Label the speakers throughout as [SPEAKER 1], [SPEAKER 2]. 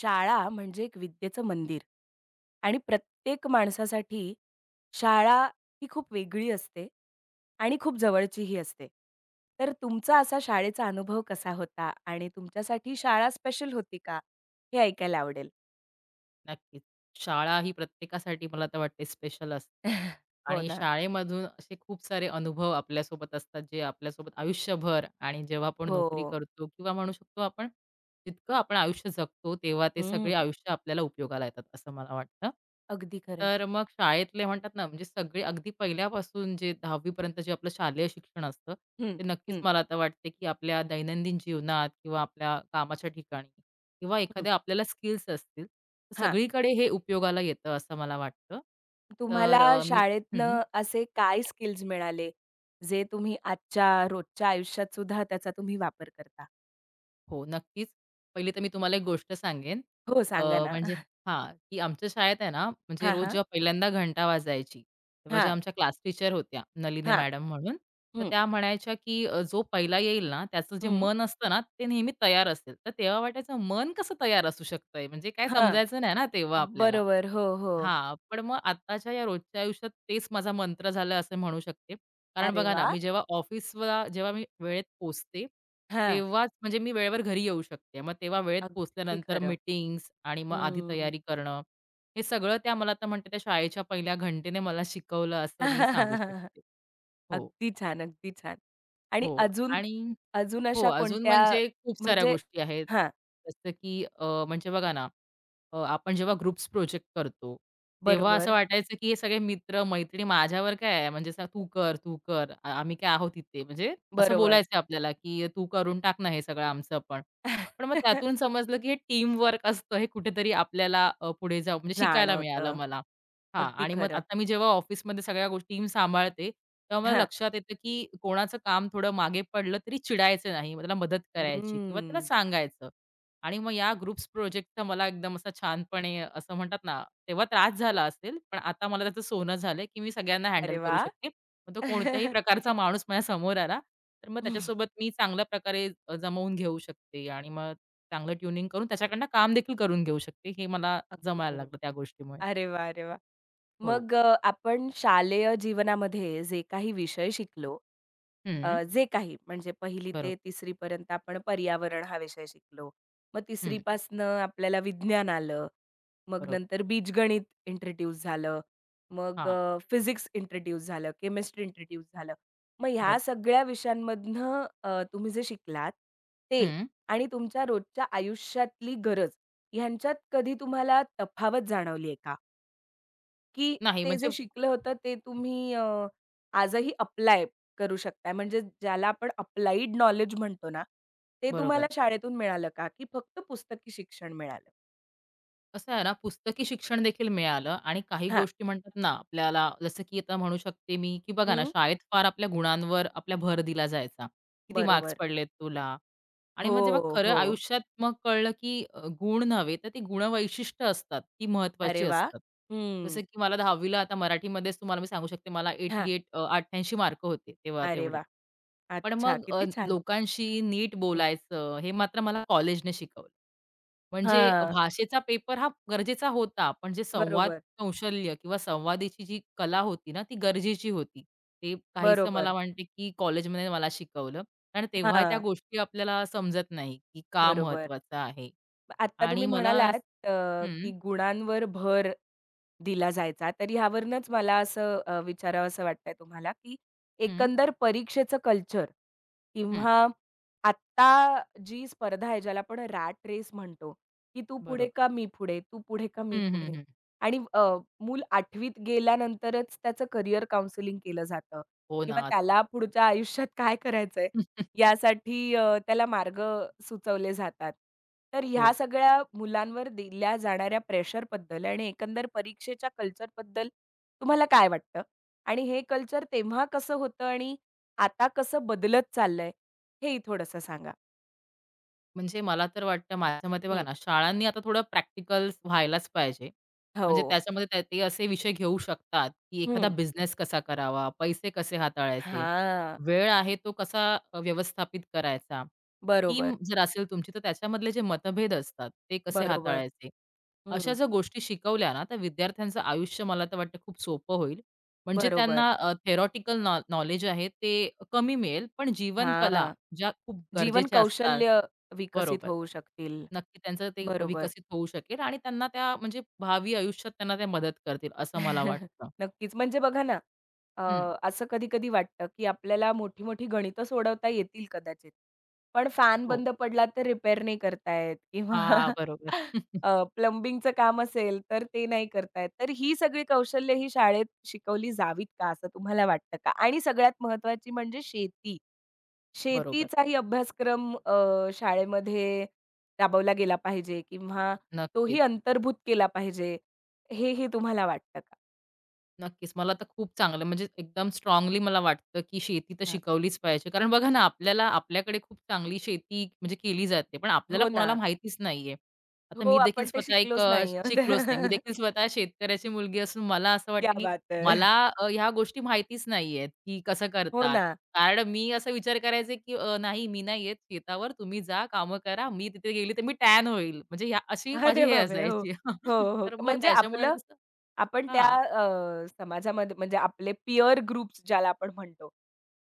[SPEAKER 1] शाळा म्हणजे एक विद्येचं मंदिर आणि प्रत्येक माणसासाठी शाळा ही खूप वेगळी असते आणि खूप जवळचीही असते. तर तुमचा असा शाळेचा अनुभव कसा होता आणि तुमच्यासाठी शाळा स्पेशल होती का? हे ऐकायला आवडेल.
[SPEAKER 2] नक्कीच. शाळा ही प्रत्येकासाठी मला तर वाटते स्पेशल असते.
[SPEAKER 1] हो
[SPEAKER 2] आणि
[SPEAKER 1] ना.
[SPEAKER 2] शाळेमधून असे खूप सारे अनुभव आपल्यासोबत असतात, जे आपल्यासोबत आयुष्यभर आणि जेव्हा आपण नोकरी
[SPEAKER 1] हो.
[SPEAKER 2] करतो किंवा म्हणू शकतो आपण जितकं आपण आयुष्य जगतो, तेव्हा ते सगळे
[SPEAKER 1] हं.
[SPEAKER 2] आयुष्य आपल्याला उपयोगाला येतात, असं मला वाटतं.
[SPEAKER 1] अगदी खरं आहे.
[SPEAKER 2] तर मग शाळेतले म्हणतात ना, म्हणजे सगळे अगदी पहिल्यापासून जे 10वी जे आपलं शालेय शिक्षण असतं,
[SPEAKER 1] हं,
[SPEAKER 2] ते नक्कीच
[SPEAKER 1] हं,
[SPEAKER 2] मला आता वाटते, की आपल्या दैनंदिन जीवनात किंवा आपल्या कामाच्या ठिकाणी किंवा
[SPEAKER 1] हं.
[SPEAKER 2] एखाद्या आपल्याला स्किल्स असतील,
[SPEAKER 1] हां.
[SPEAKER 2] सगळीकडे हे उपयोगाला येतं असं मला वाटतं.
[SPEAKER 1] तुम्हाला
[SPEAKER 2] तर मी हं,
[SPEAKER 1] शाळेतनं असे काय स्किल्स मिळाले, जे तुम्ही आजच्या रोजच्या आयुष्यात सुद्धा त्याचा तुम्ही वापर करता?
[SPEAKER 2] हो, नक्कीच. पहिली तर मी तुम्हाला एक गोष्ट सांगेन.
[SPEAKER 1] हो,
[SPEAKER 2] अ,
[SPEAKER 1] सांगा ना.
[SPEAKER 2] म्हणजे हां, की आमच्या शाळेत आहे ना, म्हणजे
[SPEAKER 1] हां,
[SPEAKER 2] रोज
[SPEAKER 1] हां.
[SPEAKER 2] जेव्हा पहिल्यांदा घंटा वाजायची, तेव्हा ज्या
[SPEAKER 1] हां,
[SPEAKER 2] आमच्या क्लास टीचर होत्या, नलिनी
[SPEAKER 1] हां.
[SPEAKER 2] मॅडम म्हणून, तर
[SPEAKER 1] हं,
[SPEAKER 2] त्या म्हणायच्या, की "जो पहिला येईल ना, त्याचं जे
[SPEAKER 1] हं.
[SPEAKER 2] मन असतं ना, ते नेहमी तयार असेल." तर तेव्हा वाटायचं मन कसं तयार असू शकतंय? म्हणजे काय
[SPEAKER 1] हां.
[SPEAKER 2] समजायचं नाही ना तेव्हा आपल्याला.
[SPEAKER 1] बरोबर. हो, हो.
[SPEAKER 2] हां, पण मग आत्ताच्या या रोजच्या आयुष्यात तेच माझा मंत्र झालं असं म्हणू शकते. कारण
[SPEAKER 1] अरे
[SPEAKER 2] बघा ना,
[SPEAKER 1] वाह!
[SPEAKER 2] मी जेव्हा ऑफिसला जेव्हा मी वेळेत पोहोचते,
[SPEAKER 1] हां.
[SPEAKER 2] तेव्हाच म्हणजे मी वेळेवर घरी येऊ शकते. मग तेव्हा वेळेत
[SPEAKER 1] अगदी
[SPEAKER 2] पोहोचल्यानंतर
[SPEAKER 1] खरं.
[SPEAKER 2] मीटिंग्स आणि मग आधी
[SPEAKER 1] हं.
[SPEAKER 2] तयारी करणं, हे सगळं त्या मला आता म्हणते त्या शाळेच्या पहिल्या घंटेने मला शिकवलं असं मी सांगू शकते. हो,
[SPEAKER 1] अगदी छान, अगदी छान. आणि
[SPEAKER 2] हो.
[SPEAKER 1] अजून
[SPEAKER 2] आणि
[SPEAKER 1] अजून
[SPEAKER 2] हो,
[SPEAKER 1] अशा
[SPEAKER 2] अजून
[SPEAKER 1] कोणत्या
[SPEAKER 2] म्हणजे खूप साऱ्या
[SPEAKER 1] म्हणजे
[SPEAKER 2] गोष्टी आहेत.
[SPEAKER 1] हां.
[SPEAKER 2] जसं की म्हणजे बघा ना आपण जेव्हा ग्रुप्स प्रोजेक्ट करतो, तेव्हा असं
[SPEAKER 1] बरोबर,
[SPEAKER 2] वाटायचं, की हे सगळे मित्र-मैत्रिणी माझ्यावर काय आहे म्हणजे असं तू कर, तू कर. आम्ही काय आहोत इथे. म्हणजे असं
[SPEAKER 1] बरोबर.
[SPEAKER 2] बोलायचं आपल्याला, की तू करून टाक ना हे सगळं आमचं पण. पण मग त्यातून समजलं, की हे टीमवर्क असतं हे कुठेतरी आपल्याला पुढे जाऊ म्हणजे शिकायला मिळालं
[SPEAKER 1] जाणवतं.
[SPEAKER 2] मला. हां
[SPEAKER 1] अगदी
[SPEAKER 2] आणि मग
[SPEAKER 1] खरं.
[SPEAKER 2] आता मी जेव्हा ऑफिसमध्ये सगळ्या गोष्टी टीम सांभाळते, तेव्हा मला
[SPEAKER 1] हां.
[SPEAKER 2] लक्षात येतं, की कोणाचं काम थोडं मागे पडलं तरी चिडायचं नाही. मग त्याला मदत करायची किंवा त्याला
[SPEAKER 1] हम्म.
[SPEAKER 2] सांगायचं. आणि मग या ग्रुप्स प्रोजेक्टचा मला एकदम असा छानपणे असं म्हणतात ना, तेव्हा त्रास झाला असेल, पण आता मला त्याचं सोनं झालंय, की मी सगळ्यांना हँडल
[SPEAKER 1] अरे
[SPEAKER 2] करू
[SPEAKER 1] वाह!
[SPEAKER 2] शकते. मग तो कोणत्याही प्रकारचा माणूस माझ्या समोर आला, तर मग त्याच्यासोबत मी चांगल्या प्रकारे जमवून घेऊ शकते आणि मग चांगलं ट्यूनिंग करून त्याच्याकडनं काम देखील करून घेऊ शकते. हे मला
[SPEAKER 1] अगदी
[SPEAKER 2] जमायला
[SPEAKER 1] बरोबर.
[SPEAKER 2] लागलं त्या गोष्टीमुळे.
[SPEAKER 1] अरे वाह! अरे वाह!
[SPEAKER 2] हो.
[SPEAKER 1] मग आपण शालेय जीवनामध्ये जे काही विषय शिकलो,
[SPEAKER 2] हं.
[SPEAKER 1] जे काही म्हणजे पहिली ते
[SPEAKER 2] बरोबर.
[SPEAKER 1] 3री पर्यंत आपण पर्यावरण हा विषय शिकलो. मग 3री
[SPEAKER 2] हं.
[SPEAKER 1] पासनं आपल्याला विज्ञान आलं. मग
[SPEAKER 2] बरोबर.
[SPEAKER 1] नंतर बीजगणित इंट्रोड्यूस झालं. मग
[SPEAKER 2] हां.
[SPEAKER 1] फिजिक्स इंट्रोड्यूस झालं, केमिस्ट्री इंट्रोड्यूस झालं. मग ह्या
[SPEAKER 2] बरोबर.
[SPEAKER 1] सगळ्या विषयांमधनं तुम्ही जे शिकलात ते
[SPEAKER 2] हं.
[SPEAKER 1] आणि तुमच्या रोजच्या आयुष्यातली गरज ह्यांच्यात कधी तुम्हाला तफावत जाणवली आहे का? की
[SPEAKER 2] नाही
[SPEAKER 1] ते
[SPEAKER 2] म्हणजे
[SPEAKER 1] जे शिकलं होतं ते तुम्ही आजही अप्लाय करू शकताय. म्हणजे ज्याला आपण अप्लाइड नॉलेज म्हणतो ना, ते तुम्हाला
[SPEAKER 2] बरोबर.
[SPEAKER 1] शाळेतून मिळालं का? की फक्त पुस्तकी शिक्षण मिळालं?
[SPEAKER 2] कसं आहे ना, पुस्तकी शिक्षण देखील मिळालं आणि काही
[SPEAKER 1] हां.
[SPEAKER 2] गोष्टी म्हणतात ना, आपल्याला जसं की आता म्हणू शकते मी, की बघा ना,
[SPEAKER 1] हं.
[SPEAKER 2] शाळेत फार आपल्या गुणांवर आपला भर दिला जायचा. किती मार्क्स
[SPEAKER 1] बरोबर.
[SPEAKER 2] पडलेत तुला? आणि मग जेव्हा
[SPEAKER 1] हो,
[SPEAKER 2] खरं
[SPEAKER 1] हो.
[SPEAKER 2] आयुष्यात मग कळलं, की गुण नव्हे, तर ती गुणवैशिष्ट्य असतात, ती
[SPEAKER 1] अरे
[SPEAKER 2] महत्त्वाची
[SPEAKER 1] वाह!
[SPEAKER 2] असतात.
[SPEAKER 1] हं.
[SPEAKER 2] जसं की मला 10वी आता मराठीमध्येच तुम्हाला मी सांगू शकते, मला
[SPEAKER 1] हां.
[SPEAKER 2] 88 अ, 88 मार्क होते तेव्हा
[SPEAKER 1] अरे
[SPEAKER 2] तेवढे.
[SPEAKER 1] वाह!
[SPEAKER 2] पण
[SPEAKER 1] अच्छा,
[SPEAKER 2] मग
[SPEAKER 1] किती छान.
[SPEAKER 2] लोकांशी नीट
[SPEAKER 1] हं.
[SPEAKER 2] बोलायचं हे मात्र मला कॉलेजने शिकवलं. म्हणजे
[SPEAKER 1] हां.
[SPEAKER 2] भाषेचा पेपर हा गरजेचा होता, पण जे संवाद
[SPEAKER 1] बरोबर,
[SPEAKER 2] कौशल्य किंवा संवादाची जी कला होती ना, ती गरजेची होती. ते काहीसं मला
[SPEAKER 1] बरोबर.
[SPEAKER 2] वाटते, की कॉलेजमध्ये मला शिकवलं. कारण तेव्हा त्या
[SPEAKER 1] हां.
[SPEAKER 2] गोष्टी आपल्याला समजत नाही, की का
[SPEAKER 1] बरोबर.
[SPEAKER 2] महत्वाचं आहे
[SPEAKER 1] आत्ता
[SPEAKER 2] आणि
[SPEAKER 1] तुम्ही
[SPEAKER 2] मला
[SPEAKER 1] म्हणालात की
[SPEAKER 2] हं,
[SPEAKER 1] गुणांवर भर दिला जायचा, तर ह्यावरूनच मला असं विचारावसं वाटतंय तुम्हाला, की
[SPEAKER 2] हं,
[SPEAKER 1] एकंदर परीक्षेचं कल्चर
[SPEAKER 2] हं.
[SPEAKER 1] किंवा आत्ता जी स्पर्धा आहे, ज्याला आपण रॅट रेस म्हणतो, की तू पुढे
[SPEAKER 2] बरोबर.
[SPEAKER 1] का मी पुढे, तू पुढे का मी
[SPEAKER 2] हं, हं,
[SPEAKER 1] पुढे
[SPEAKER 2] हं.
[SPEAKER 1] आणि मूल 8वीत गेल्यानंतरच त्याचं करियर काउंसलिंग केलं जातं
[SPEAKER 2] हो ना,
[SPEAKER 1] किंवा
[SPEAKER 2] आजकाल.
[SPEAKER 1] त्याला पुढच्या आयुष्यात काय करायचंय यासाठी त्याला मार्ग सुचवले जातात. तर
[SPEAKER 2] हो.
[SPEAKER 1] ह्या सगळ्या मुलांवर दिल्या जाणाऱ्या प्रेशरबद्दल आणि एकंदर परीक्षेच्या कल्चरबद्दल तुम्हाला काय वाटतं? आणि हे कल्चर तेव्हा कसं होतं आणि आता कसं बदलत चाललंय? हेही थोडंसं सांगा?
[SPEAKER 2] म्हणजे मला तर वाटतं माझ्या मते बघा
[SPEAKER 1] हं.
[SPEAKER 2] ना, शाळांनी आता थोडं प्रॅक्टिकल व्हायलाच पाहिजे.
[SPEAKER 1] हो.
[SPEAKER 2] म्हणजे त्याच्यामध्ये ते असे विषय घेऊ शकतात, की एखादा
[SPEAKER 1] हं.
[SPEAKER 2] बिझनेस कसा करावा, पैसे कसे हाताळायचे,
[SPEAKER 1] हां.
[SPEAKER 2] वेळ आहे तो कसा व्यवस्थापित करायचा, टीम
[SPEAKER 1] बरोबर,
[SPEAKER 2] जर असेल तुमची तर त्याच्यामधले जे मतभेद असतात ते कसे
[SPEAKER 1] बरोबर.
[SPEAKER 2] हाताळायचे. अशा
[SPEAKER 1] हं.
[SPEAKER 2] जर गोष्टी शिकवल्या ना, तर विद्यार्थ्यांचं आयुष्य मला तर वाटतं खूप सोपं होईल. म्हणजे
[SPEAKER 1] बरोबर.
[SPEAKER 2] त्यांना थेरॉटिकल नॉलेज आहे ते कमी मिळेल, पण जीवनकला
[SPEAKER 1] हां.
[SPEAKER 2] ज्या खूप
[SPEAKER 1] जीवन
[SPEAKER 2] गरजेच्या असतात.
[SPEAKER 1] कौशल्य विकसित
[SPEAKER 2] बरोबर.
[SPEAKER 1] होऊ शकतील.
[SPEAKER 2] नक्की त्यांचं ते
[SPEAKER 1] बरोबर.
[SPEAKER 2] विकसित होऊ शकेल आणि त्यांना त्या म्हणजे भावी आयुष्यात त्यांना ते मदत करतील असं मला वाटतं.
[SPEAKER 1] नक्कीच. म्हणजे बघा ना, अ,
[SPEAKER 2] हं.
[SPEAKER 1] असं कधी-कधी वाटतं, की आपल्याला मोठी-मोठी गणितं सोडवता येतील कदाचित. पण फॅन
[SPEAKER 2] हो.
[SPEAKER 1] बंद पडला तर रिपेअर नाही करता येत किंवा
[SPEAKER 2] हां, बरोबर.
[SPEAKER 1] प्लंबिंगचं काम असेल तर ते नाही करता येत. तर ही सगळी कौशल्य ही शाळेत शिकवली जावीत का असं तुम्हाला वाटतं का? आणि सगळ्यात महत्त्वाची म्हणजे शेती.
[SPEAKER 2] बरोबर.
[SPEAKER 1] शेतीचाही अभ्यासक्रम शाळेमध्ये राबवला गेला पाहिजे किंवा तोही
[SPEAKER 2] नक्कीच.
[SPEAKER 1] अंतर्भूत केला पाहिजे, हे ही तुम्हाला वाटतं
[SPEAKER 2] नक्कीच. मला तर खूप चांगलं म्हणजे एकदम स्ट्रॉंगली मला वाटतं, की शेती तर
[SPEAKER 1] हां.
[SPEAKER 2] शिकवलीच पाहिजे. कारण बघा ना, आपल्याला आपल्याकडे खूप चांगली शेती म्हणजे केली जाते, पण आपल्याला
[SPEAKER 1] हो ना.
[SPEAKER 2] कोणाला माहितीच नाहीये. आता
[SPEAKER 1] हो,
[SPEAKER 2] मी देखील
[SPEAKER 1] आपण ते
[SPEAKER 2] स्वतः एक
[SPEAKER 1] शिकलोच नाही
[SPEAKER 2] शिकलोच नाही. मी
[SPEAKER 1] आहोत.
[SPEAKER 2] देखील स्वतः शेतकऱ्याची मुलगी असून मला असं
[SPEAKER 1] क्या
[SPEAKER 2] वाटतं, की
[SPEAKER 1] बात है!
[SPEAKER 2] मला ह्या गोष्टी माहितीच नाहीयेत, की कसं
[SPEAKER 1] हो
[SPEAKER 2] करतात.
[SPEAKER 1] ना.
[SPEAKER 2] कारण मी असा विचार करायचे, की नाही मी नाही येत शेतावर, तुम्ही जा कामं करा. मी तिथे गेली तर मी टॅन होईल. म्हणजे ह्या अशी माझी
[SPEAKER 1] अरे
[SPEAKER 2] हे
[SPEAKER 1] बापरे! हो.
[SPEAKER 2] असायची.
[SPEAKER 1] हो, हो.
[SPEAKER 2] तर मग
[SPEAKER 1] म्हणजे
[SPEAKER 2] त्याच्यामुळे
[SPEAKER 1] आपलं
[SPEAKER 2] कसं
[SPEAKER 1] आपण त्या
[SPEAKER 2] हां.
[SPEAKER 1] समाजामध्ये म्हणजे आपले पियर ग्रुप्स ज्याला आपण म्हणतो,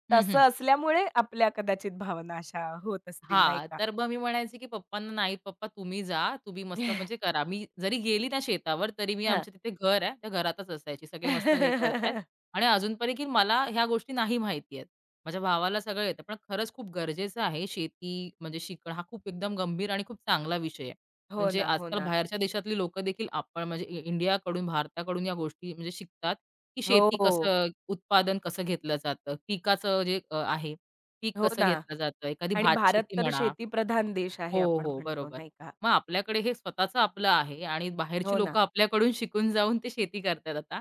[SPEAKER 2] हं,
[SPEAKER 1] तसं
[SPEAKER 2] हं.
[SPEAKER 1] असल्यामुळे आपल्या कदाचित भावना अशा होत असतील नाही
[SPEAKER 2] हां,
[SPEAKER 1] का?
[SPEAKER 2] तर मग मी म्हणायचे, की पप्पांना "नाही पप्पा तुम्ही जा, तुम्ही मस्त म्हणजे करा." मी जरी गेली ना शेतावर तरी मी
[SPEAKER 1] हां.
[SPEAKER 2] आमच्या तिथे घर आहे, त्या घरातच असायची. सगळे मस्त हे करतायत आणि अजून पण की मला ह्या गोष्टी नाही माहिती आहेत. माझ्या भावाला सगळं येतं. पण खरंच खूप गरजेचं आहे शेती म्हणजे शिकणं हा खूप एकदम गंभीर आणि खूप चांगला विषय आहे.
[SPEAKER 1] हो
[SPEAKER 2] म्हणजे
[SPEAKER 1] ना, हो
[SPEAKER 2] आजकाल
[SPEAKER 1] ना.
[SPEAKER 2] बाहेरच्या देशातली लोकं देखील आपण म्हणजे इंडियाकडून, भारताकडून या गोष्टी म्हणजे शिकतात, की शेती
[SPEAKER 1] हो,
[SPEAKER 2] कसं उत्पादन कसं घेतलं जातं, पिकाचं जे आहे पीक
[SPEAKER 1] हो
[SPEAKER 2] कसं
[SPEAKER 1] ना.
[SPEAKER 2] घेतलं जातं, एखादी
[SPEAKER 1] आणि भारत
[SPEAKER 2] भातशेती
[SPEAKER 1] तर
[SPEAKER 2] म्हणा.
[SPEAKER 1] शेतीप्रधान देश
[SPEAKER 2] हो,
[SPEAKER 1] आहे आपण
[SPEAKER 2] हो,
[SPEAKER 1] म्हणतो
[SPEAKER 2] बरोबर.
[SPEAKER 1] नाही का?
[SPEAKER 2] मग आपल्याकडे हे स्वतःचं आपलं आहे आणि बाहेरची
[SPEAKER 1] हो ना.
[SPEAKER 2] लोकं आपल्याकडून शिकून जाऊन ते शेती करतायत आता.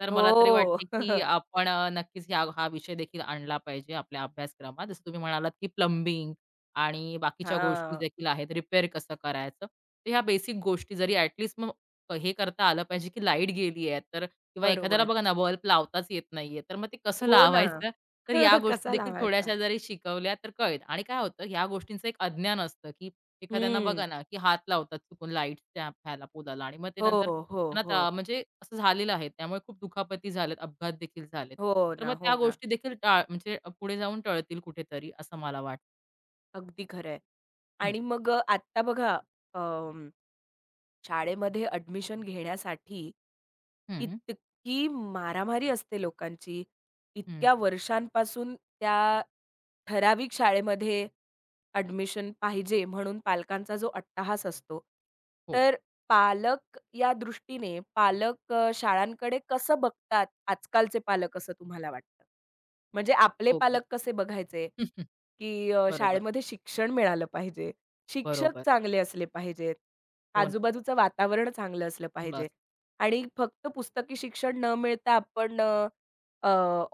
[SPEAKER 2] तर मला तरी
[SPEAKER 1] हो.
[SPEAKER 2] वाटते, की आपण नक्कीच हा विषय देखील आणला पाहिजे आपल्या अभ्यासक्रमात. जसं तुम्ही म्हणालात, की प्लंबिंग आणि बाकीच्या गोष्टी
[SPEAKER 1] हां.
[SPEAKER 2] देखील आहेत, रिपेअर कसं करायचं. तर ह्या बेसिक गोष्टी जरी मग हे करता आलं पाहिजे, की लाईट गेली आहे तर किंवा एखाद्याला
[SPEAKER 1] बरोबर.
[SPEAKER 2] बघा ना बल्ब लावताच येत नाहीये, तर मग ते कसं
[SPEAKER 1] हो ना.
[SPEAKER 2] लावायचं तर या गोष्टी
[SPEAKER 1] कसा
[SPEAKER 2] देखील
[SPEAKER 1] लावायचा?
[SPEAKER 2] थोड्याशा जरी शिकवल्या तर कळेल आणि काय होतं ह्या गोष्टींचं एक अज्ञान असतं, की एखाद्यांना
[SPEAKER 1] हं.
[SPEAKER 2] बघा ना, की हात लावतात चुकून लाईटच्या ह्याला पोलाला आणि मग ते
[SPEAKER 1] हो,
[SPEAKER 2] नंतर
[SPEAKER 1] हो,
[SPEAKER 2] त्यांना
[SPEAKER 1] हो.
[SPEAKER 2] ता म्हणजे असं झालेलं आहे. त्यामुळे खूप दुखापती झाल्यात, अपघात देखील झालेत.
[SPEAKER 1] हो
[SPEAKER 2] तर
[SPEAKER 1] ना,
[SPEAKER 2] मग
[SPEAKER 1] हो
[SPEAKER 2] त्या
[SPEAKER 1] ना.
[SPEAKER 2] गोष्टी देखील म्हणजे पुढे जाऊन टळतील कुठेतरी असं मला वाटतं.
[SPEAKER 1] अगदी खरं आहे.
[SPEAKER 2] हं,
[SPEAKER 1] आणि मग आत्ता बघा शाळेमध्ये ॲडमिशन घेण्यासाठी
[SPEAKER 2] हं,
[SPEAKER 1] इतकी मारामारी असते लोकांची.
[SPEAKER 2] हं.
[SPEAKER 1] इतक्या वर्षांपासून त्या ठराविक शाळेमध्ये ॲडमिशन पाहिजे म्हणून पालकांचा जो अट्टाहास असतो.
[SPEAKER 2] हो,
[SPEAKER 1] तर पालक या दृष्टीने पालक शाळांकडे कसं बघतात आजकालचे पालक असं तुम्हाला वाटतं? म्हणजे आपले
[SPEAKER 2] हो का?
[SPEAKER 1] पालक कसे बघायचे? की
[SPEAKER 2] बरोबर,
[SPEAKER 1] शाळेमध्ये शिक्षण मिळालं पाहिजे. शिक्षक
[SPEAKER 2] बरोबर.
[SPEAKER 1] चांगले असले पाहिजेत.
[SPEAKER 2] हो ना.
[SPEAKER 1] आजूबाजूचं वातावरण चांगलं असलं
[SPEAKER 2] बस
[SPEAKER 1] पाहिजे. आणि फक्त पुस्तकी शिक्षण न मिळता आपण अ, अ,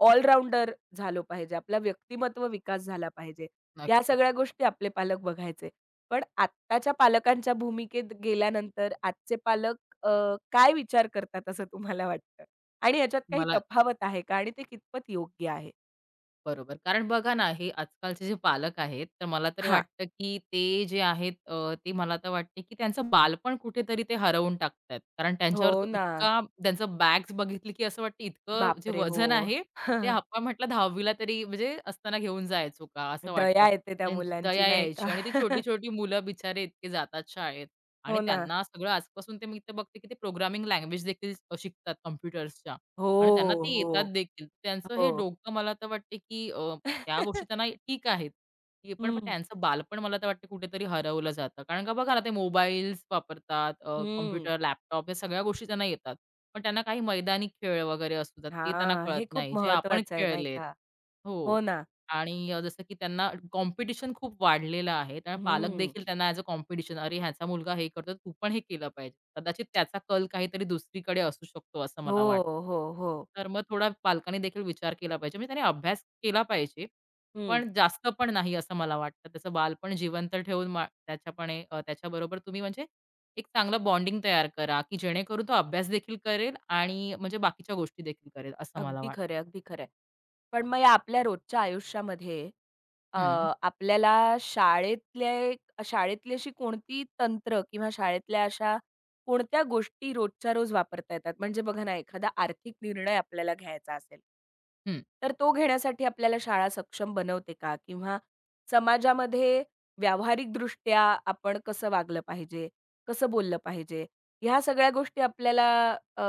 [SPEAKER 1] ऑलराउंडर झालो पाहिजे. आपला व्यक्तिमत्व विकास झाला पाहिजे. या
[SPEAKER 2] नक्कीच.
[SPEAKER 1] सगळ्या गोष्टी आपले पालक बघायचे. पण आत्ताच्या पालकांच्या भूमिकेत गेल्यानंतर आजचे पालक अ, काय विचार करतात असं तुम्हाला वाटतं? आणि याच्यात काही
[SPEAKER 2] मला
[SPEAKER 1] तफावत आहे का आणि ते कितपत योग्य आहे?
[SPEAKER 2] बरोबर. कारण बघा ना, हे आजकालचे जे पालक आहेत, तर मला तरी
[SPEAKER 1] हां.
[SPEAKER 2] वाटतं, की ते जे आहेत ते मला तर वाटते, की त्यांचं बालपण कुठेतरी ते हरवून टाकतायत. कारण
[SPEAKER 1] हो
[SPEAKER 2] त्यांच्यावर तो
[SPEAKER 1] ना.
[SPEAKER 2] इतका त्यांचं बॅग्स बघितलं, की असं वाटतं इतकं जे
[SPEAKER 1] बापरे! हो.
[SPEAKER 2] वजन आहे, ते आपण म्हटलं 10वी तरी म्हणजे असताना घेऊन जायचो का? असं वाटतं.
[SPEAKER 1] दया येते त्या
[SPEAKER 2] त्यांची
[SPEAKER 1] मुलांची
[SPEAKER 2] दया
[SPEAKER 1] नाही का?
[SPEAKER 2] यायची आणि ती छोटी-छोटी मुलं बिचारे इतके जातात शाळेत आणि
[SPEAKER 1] हो ना.
[SPEAKER 2] त्यांना सगळं आजपासून ते मी इथे बघते, की ते प्रोग्रामिंग लँग्वेज देखील शिकतात कॉम्प्युटर्सच्या.
[SPEAKER 1] हो,
[SPEAKER 2] आणि त्यांना ते येतात
[SPEAKER 1] हो,
[SPEAKER 2] देखील. त्यांचं हे
[SPEAKER 1] हो.
[SPEAKER 2] डोकं मला तर वाटते, की त्या गोष्टी त्यांना ठीक आहेत. की पण पण
[SPEAKER 1] हं,
[SPEAKER 2] त्यांचं बालपण मला तर वाटतं कुठेतरी हरवलं जातं. कारण का बघा ना, ते मोबाईल्स वापरतात,
[SPEAKER 1] हं.
[SPEAKER 2] कॉम्प्युटर, लॅपटॉप या सगळ्या गोष्टी त्यांना येतात. पण त्यांना काही मैदानी खेळ वगैरे असतात, ते त्यांना
[SPEAKER 1] हां,
[SPEAKER 2] कळत
[SPEAKER 1] हे खूप
[SPEAKER 2] नाही, जे आपण
[SPEAKER 1] महत्वाचं आहे नाही
[SPEAKER 2] खेळलेत.
[SPEAKER 1] का?
[SPEAKER 2] हो.
[SPEAKER 1] हो ना.
[SPEAKER 2] आणि जसं की त्यांना कॉम्पिटिशन खूप वाढलेलं आहे. त्यामुळे पालक
[SPEAKER 1] हं.
[SPEAKER 2] देखील त्यांना ॲज अ कॉम्पिटिशन, "अरे, ह्याचा मुलगा हे करतो, तू पण हे केलं पाहिजे." कदाचित त्याचा कल काहीतरी दुसरीकडे असू शकतो, असं
[SPEAKER 1] हो,
[SPEAKER 2] मला वाटतं.
[SPEAKER 1] हो, हो.
[SPEAKER 2] तर मग थोडा पालकांनी देखील विचार केला पाहिजे. म्हणजे त्याने अभ्यास केला पाहिजे,
[SPEAKER 1] हं.
[SPEAKER 2] पण जास्त पण नाही, असं मला वाटतं. त्याचं बालपण जिवंत ठेवून त्याच्यापणे त्याच्याबरोबर तुम्ही म्हणजे एक चांगलं बॉन्डिंग तयार करा, की जेणेकरून तो अभ्यास देखील करेल आणि म्हणजे बाकीच्या गोष्टी देखील करेल, असं मला
[SPEAKER 1] अगदी
[SPEAKER 2] वाटतं.
[SPEAKER 1] खरं आहे, अगदी खरं आहे. पण मग या आपल्या रोजच्या आयुष्यामध्ये अ,
[SPEAKER 2] हं,
[SPEAKER 1] आपल्याला शाळेतले शाळेतली अशी कोणती तंत्र किंवा शाळेतल्या अशा कोणत्या गोष्टी रोजच्या रोज वापरता येतात? म्हणजे बघा ना, एखादा आर्थिक निर्णय आपल्याला घ्यायचा असेल,
[SPEAKER 2] हं.
[SPEAKER 1] तर तो घेण्यासाठी आपल्याला शाळा सक्षम बनवते का? किंवा समाजामध्ये व्यावहारिकदृष्ट्या आपण कसं वागलं पाहिजे? कसं बोललं पाहिजे? ह्या सगळ्या गोष्टी आपल्याला अ,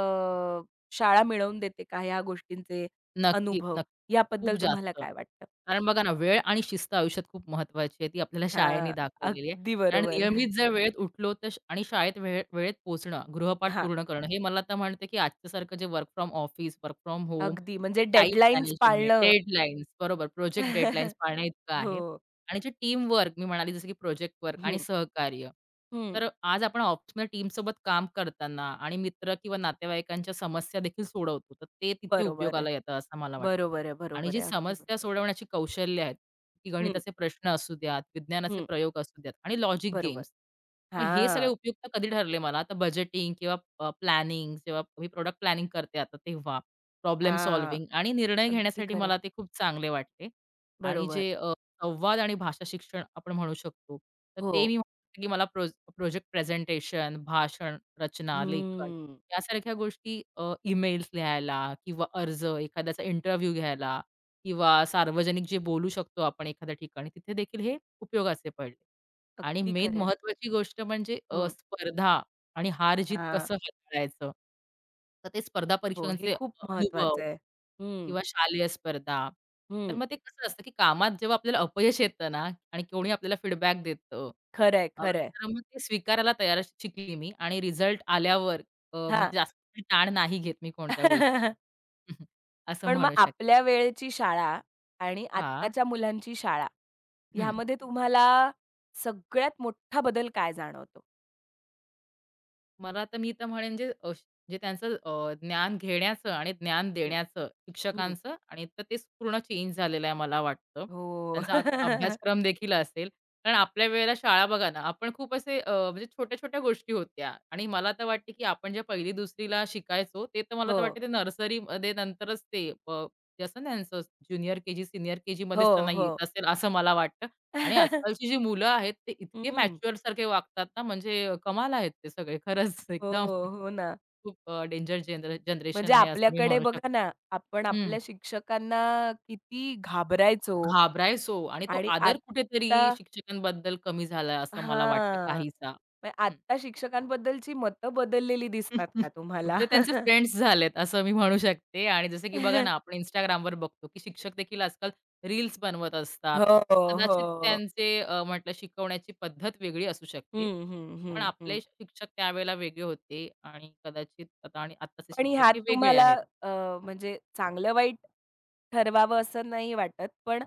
[SPEAKER 1] शाळा मिळवून देते का? ह्या गोष्टींचे
[SPEAKER 2] नक्कीच,
[SPEAKER 1] अनुभव,
[SPEAKER 2] नक्की. खूप
[SPEAKER 1] याबद्दल तुम्हाला
[SPEAKER 2] जास्त.
[SPEAKER 1] काय वाटतं?
[SPEAKER 2] कारण बघा ना, वेळ आणि शिस्त आयुष्यात खूप महत्त्वाची आहे. ती आपल्याला शाळेने
[SPEAKER 1] हां,
[SPEAKER 2] दाखवलेली आहे.
[SPEAKER 1] अगदी
[SPEAKER 2] कारण
[SPEAKER 1] बरोबर.
[SPEAKER 2] नियमित जर वेळेत उठलो तर आणि शाळेत वेळेत पोहोचणं, गृहपाठ
[SPEAKER 1] हां,
[SPEAKER 2] पूर्ण करणं, हे मला तर म्हणते, की आजच्यासारखं जे work from office, work from home,
[SPEAKER 1] अगदी म्हणजे
[SPEAKER 2] टाइम
[SPEAKER 1] डेडलाईन्स
[SPEAKER 2] मॅनेजमेंट,
[SPEAKER 1] पाळणं
[SPEAKER 2] डेडलाईन्स बरोबर, प्रोजेक्ट डेडलाईन्स पाळण्याइतकं आहे.
[SPEAKER 1] हो.
[SPEAKER 2] आणि जे टीम वर्क मी म्हणाली जसं की प्रोजेक्ट वर्क आणि
[SPEAKER 1] हं,
[SPEAKER 2] सहकार्य.
[SPEAKER 1] हं.
[SPEAKER 2] तर आज आपण ऑफिसमध्ये टीमसोबत काम करताना आणि मित्र किंवा नातेवाईकांच्या समस्या देखील सोडवतो. तर ते तिथे
[SPEAKER 1] बरोबर आहे.
[SPEAKER 2] उपयोगाला येतं असं मला वाटतं.
[SPEAKER 1] बरोबर आहे,
[SPEAKER 2] आणि
[SPEAKER 1] बरोबर
[SPEAKER 2] जी
[SPEAKER 1] आहे. अगदी
[SPEAKER 2] समस्या
[SPEAKER 1] बरोबर.
[SPEAKER 2] सोडवण्याची कौशल्य आहेत, की
[SPEAKER 1] हं,
[SPEAKER 2] गणिताचे प्रश्न असू द्यात, विज्ञानाचे
[SPEAKER 1] हं.
[SPEAKER 2] प्रयोग असू द्यात आणि लॉजिक
[SPEAKER 1] बरोबर.
[SPEAKER 2] गेम्स. मग हे सगळे
[SPEAKER 1] हां,
[SPEAKER 2] उपयुक्त कधी ठरले मला तर बजेटिंग किंवा प्लॅनिंग जेव्हा मी प्रॉडक्ट प्लॅनिंग करते आता तेव्हा. प्रॉब्लेम
[SPEAKER 1] हां.
[SPEAKER 2] सॉल्व्हिंग आणि निर्णय
[SPEAKER 1] अगदी
[SPEAKER 2] घेण्यासाठी
[SPEAKER 1] खरं
[SPEAKER 2] मला ते खूप चांगले वाटले. आणि
[SPEAKER 1] बरोबर.
[SPEAKER 2] जे संवाद आणि भाषा शिक्षण आपण म्हणू शकतो. तर ते
[SPEAKER 1] हो.
[SPEAKER 2] मी म्हणते, की मला प्रोजेक्ट प्रेझेंटेशन, भाषण, रचना, लेखन
[SPEAKER 1] हं.
[SPEAKER 2] यासारख्या गोष्टी ईमेल्स लिहायला किंवा अर्ज, एखाद्याचा इंटरव्ह्यू घ्यायला किंवा सार्वजनिक जे बोलू शकतो आपण एखाद्या ठिकाणी, तिथे देखील हे उपयोगाचे पडले. आणि
[SPEAKER 1] अगदी
[SPEAKER 2] मेन
[SPEAKER 1] खरं आहे.
[SPEAKER 2] महत्त्वाची गोष्ट म्हणजे
[SPEAKER 1] हं.
[SPEAKER 2] स्पर्धा आणि हार-जीत कसं हाताळायचं तर ते स्पर्धा
[SPEAKER 1] हो, हे
[SPEAKER 2] परीक्षकांचे
[SPEAKER 1] खूप
[SPEAKER 2] अनुभव
[SPEAKER 1] महत्वाचं आहे. हं,
[SPEAKER 2] किंवा शालेय स्पर्धा. तर
[SPEAKER 1] हं.
[SPEAKER 2] मग ते कसं असतं, की कामात जेव्हा आपल्याला अपयश येतं ना आणि कोणी आपल्याला फीडबॅक देतं,
[SPEAKER 1] खरं आहे,
[SPEAKER 2] अ,
[SPEAKER 1] खरं
[SPEAKER 2] तर मग ते स्वीकारायला तयार अशी शिकली मी आणि रिझल्ट आल्यावर म्हणजे जास्त ताण नाही घेत मी कोणत्या गोष्टी. असं
[SPEAKER 1] पण मग
[SPEAKER 2] म्हणू
[SPEAKER 1] आपल्या
[SPEAKER 2] शकते.
[SPEAKER 1] वेळेची शाळा आणि
[SPEAKER 2] हां.
[SPEAKER 1] आत्ताच्या मुलांची शाळा
[SPEAKER 2] हं.
[SPEAKER 1] ह्यामध्ये तुम्हाला सगळ्यात मोठा बदल काय जाणवतो?
[SPEAKER 2] मला तर मी तर म्हणेन जे जे त्यांचं ज्ञान घेण्याचं आणि ज्ञान
[SPEAKER 1] हं,
[SPEAKER 2] देण्याचं
[SPEAKER 1] हं.
[SPEAKER 2] शिक्षकांचं आणि तर ते पूर्ण चेंज झालेलं आहे मला वाटतं.
[SPEAKER 1] हो.
[SPEAKER 2] त्यांचा अभ्यासक्रम देखील असेल. कारण आपल्या वेळेला शाळा बघा ना, आपण खूप असे म्हणजे छोट्या-छोट्या गोष्टी होत्या आणि मला तर वाटते, की आपण जे 1ली-2री शिकायचो ते तर मला
[SPEAKER 1] हो.
[SPEAKER 2] तर वाटते ते नर्सरीमध्ये नंतरच ते जे असतं ना ज्युनियर के-जी, सीनियर
[SPEAKER 1] हो,
[SPEAKER 2] के-जीमध्येच त्यांना
[SPEAKER 1] हो.
[SPEAKER 2] येत असेल असं मला वाटतं. आणि आजकालची जी मुलं आहेत ते इतके
[SPEAKER 1] हं.
[SPEAKER 2] मॅच्युअर सारखे वागतात ना, म्हणजे कमाल आहेत ते सगळे खरंच
[SPEAKER 1] हो,
[SPEAKER 2] एकदम
[SPEAKER 1] हो ना.
[SPEAKER 2] खूप डेंजर जनर
[SPEAKER 1] म्हणजे
[SPEAKER 2] जनरेशन आहे असं मी
[SPEAKER 1] आपल्याकडे
[SPEAKER 2] म्हणू शकते.
[SPEAKER 1] बघा ना, आपण
[SPEAKER 2] हं,
[SPEAKER 1] आपल्या शिक्षकांना किती घाबरायचो
[SPEAKER 2] घाबरायचो आणि तो
[SPEAKER 1] आणि
[SPEAKER 2] आदर कुठेतरी
[SPEAKER 1] आत्ता
[SPEAKER 2] शिक्षकांबद्दल कमी झाला असं मला वाटतं
[SPEAKER 1] हां.
[SPEAKER 2] काहीसा.
[SPEAKER 1] मग
[SPEAKER 2] हं.
[SPEAKER 1] आत्ता शिक्षकांबद्दलची मतं बदललेली दिसतात का तुम्हाला?
[SPEAKER 2] ते त्यांचे फ्रेंड्स झालेत असं मी म्हणू शकते आणि जसं की बघा ना, आपण Instagramवर बघतो, की शिक्षक देखील आजकाल रील्स बनवत असतात.
[SPEAKER 1] हो,
[SPEAKER 2] कदाचित
[SPEAKER 1] हो.
[SPEAKER 2] त्यांचे म्हटलं शिकवण्याची पद्धत वेगळी असू शकते.
[SPEAKER 1] हं, हं, हं,
[SPEAKER 2] पण
[SPEAKER 1] हं.
[SPEAKER 2] आपले शिक्षक त्यावेळेला वेगळे होते आणि कदाचित आता आणि आत्ताचे
[SPEAKER 1] पण
[SPEAKER 2] शिक्षक
[SPEAKER 1] ह्यात
[SPEAKER 2] हे वेगळे
[SPEAKER 1] तुम्हाला
[SPEAKER 2] आहेत.
[SPEAKER 1] अ, म्हणजे चांगलं-वाईट ठरवावं असं नाही वाटत. पण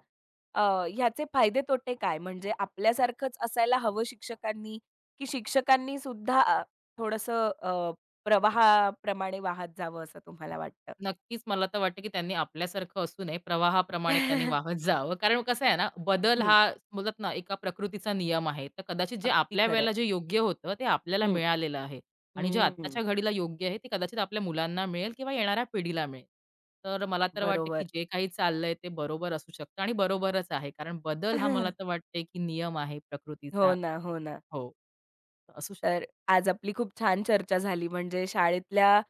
[SPEAKER 1] अ, ह्याचे फायदे-तोटे काय? म्हणजे आपल्यासारखंच असायला हवं शिक्षकांनी, की शिक्षकांनी सुद्धा थोडंसं प्रवाहाप्रमाणे वाहत जावं असं तुम्हाला वाटतं?
[SPEAKER 2] नक्कीच मला तर वाटतं, की त्यांनी आपल्यासारखं असू नये, प्रवाहाप्रमाणे त्यांनी वाहत जावं. कारण कसं आहे ना, बदल हा
[SPEAKER 1] हं,
[SPEAKER 2] बोलतात ना, एका प्रकृतीचा नियम आहे. तर कदाचित जे
[SPEAKER 1] अगदी
[SPEAKER 2] आपल्या
[SPEAKER 1] खरं
[SPEAKER 2] वेळेला जे योग्य होतं, ते आपल्याला
[SPEAKER 1] हं,
[SPEAKER 2] मिळालेलं आहे आणि जे
[SPEAKER 1] हं.
[SPEAKER 2] आत्ताच्या घडीला योग्य आहे, ते कदाचित आपल्या मुलांना मिळेल किंवा येणाऱ्या पिढीला मिळेल. तर मला तर वाटतं, की
[SPEAKER 1] बरोबर.
[SPEAKER 2] जे काही चाललंय ते बरोबर असू शकतं आणि बरोबरच आहे. कारण बदल हा मला तर वाटते, की नियम आहे
[SPEAKER 1] हो
[SPEAKER 2] प्रकृतीचा.
[SPEAKER 1] ना, हो ना.
[SPEAKER 2] हो, असू शकतो.
[SPEAKER 1] तर आज आपली खूप छान चर्चा झाली म्हणजे शाळेतल्या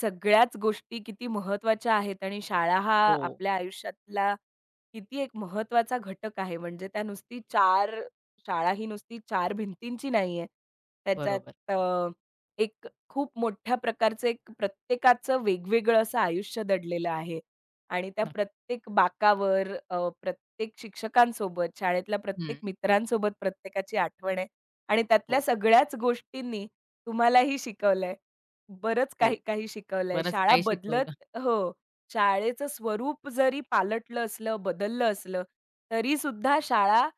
[SPEAKER 1] सगळ्याच गोष्टी किती महत्त्वाच्या आहेत आणि शाळा हा
[SPEAKER 2] हो,
[SPEAKER 1] आपल्या आयुष्यातला किती एक महत्त्वाचा घटक आहे. म्हणजे शाळा ही नुसती 4 भिंतींची नाहीये. त्याच्यात
[SPEAKER 2] बरोबर.
[SPEAKER 1] अ, एक खूप मोठ्या प्रकारचं एक प्रत्येकाचं वेगवेगळं असं आयुष्य दडलेलं आहे आणि त्या
[SPEAKER 2] नक्की.
[SPEAKER 1] प्रत्येक बाकावर प्रत्येक शिक्षकांसोबत, शाळेतल्या प्रत्येक
[SPEAKER 2] हं.
[SPEAKER 1] मित्रांसोबत प्रत्येकाची आठवण आहे. आणि
[SPEAKER 2] हो,
[SPEAKER 1] त्यातल्या सगळ्याच गोष्टींनी तुम्हालाही शिकवलंय. बरंच
[SPEAKER 2] हो.
[SPEAKER 1] काही-काही शिकवलंय.
[SPEAKER 2] बरंच
[SPEAKER 1] शाळा
[SPEAKER 2] काही शिकवलं.
[SPEAKER 1] बदलत हो. शाळेचं स्वरूप जरी पालटलं असलं, बदललं असलं, तरी सुद्धा शाळा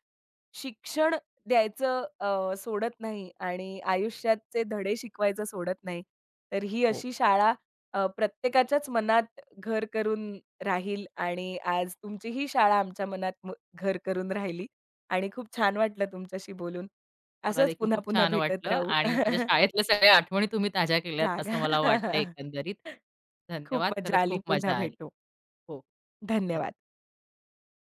[SPEAKER 1] शिक्षण द्यायचं सोडत नाही आणि आयुष्याचे धडे शिकवायचं सोडत नाही. तर ही
[SPEAKER 2] हो.
[SPEAKER 1] अशी शाळा प्रत्येकाच्याच मनात घर करून राहील आणि आज तुमची ही शाळा आमच्या मनात घर करून राहिली आणि खूप छान वाटलं तुमच्याशी बोलून.
[SPEAKER 2] मला
[SPEAKER 1] असंच
[SPEAKER 2] देखील खूप
[SPEAKER 1] पुन्हा-पुन्हा
[SPEAKER 2] छान
[SPEAKER 1] भेटत
[SPEAKER 2] वाटलं
[SPEAKER 1] राहू.
[SPEAKER 2] आणि माझ्या शाळेतल्या सगळ्या आठवणी तुम्ही ताज्या केल्यात असं मला वाटतं
[SPEAKER 1] जागा.
[SPEAKER 2] एकंदरीत.
[SPEAKER 1] खूप
[SPEAKER 2] धन्यवाद.
[SPEAKER 1] मजा
[SPEAKER 2] खरंच
[SPEAKER 1] आली.
[SPEAKER 2] खूप
[SPEAKER 1] पुन्हा
[SPEAKER 2] मजा आली.
[SPEAKER 1] भेटू.
[SPEAKER 2] हो. धन्यवाद.
[SPEAKER 1] धन्यवाद.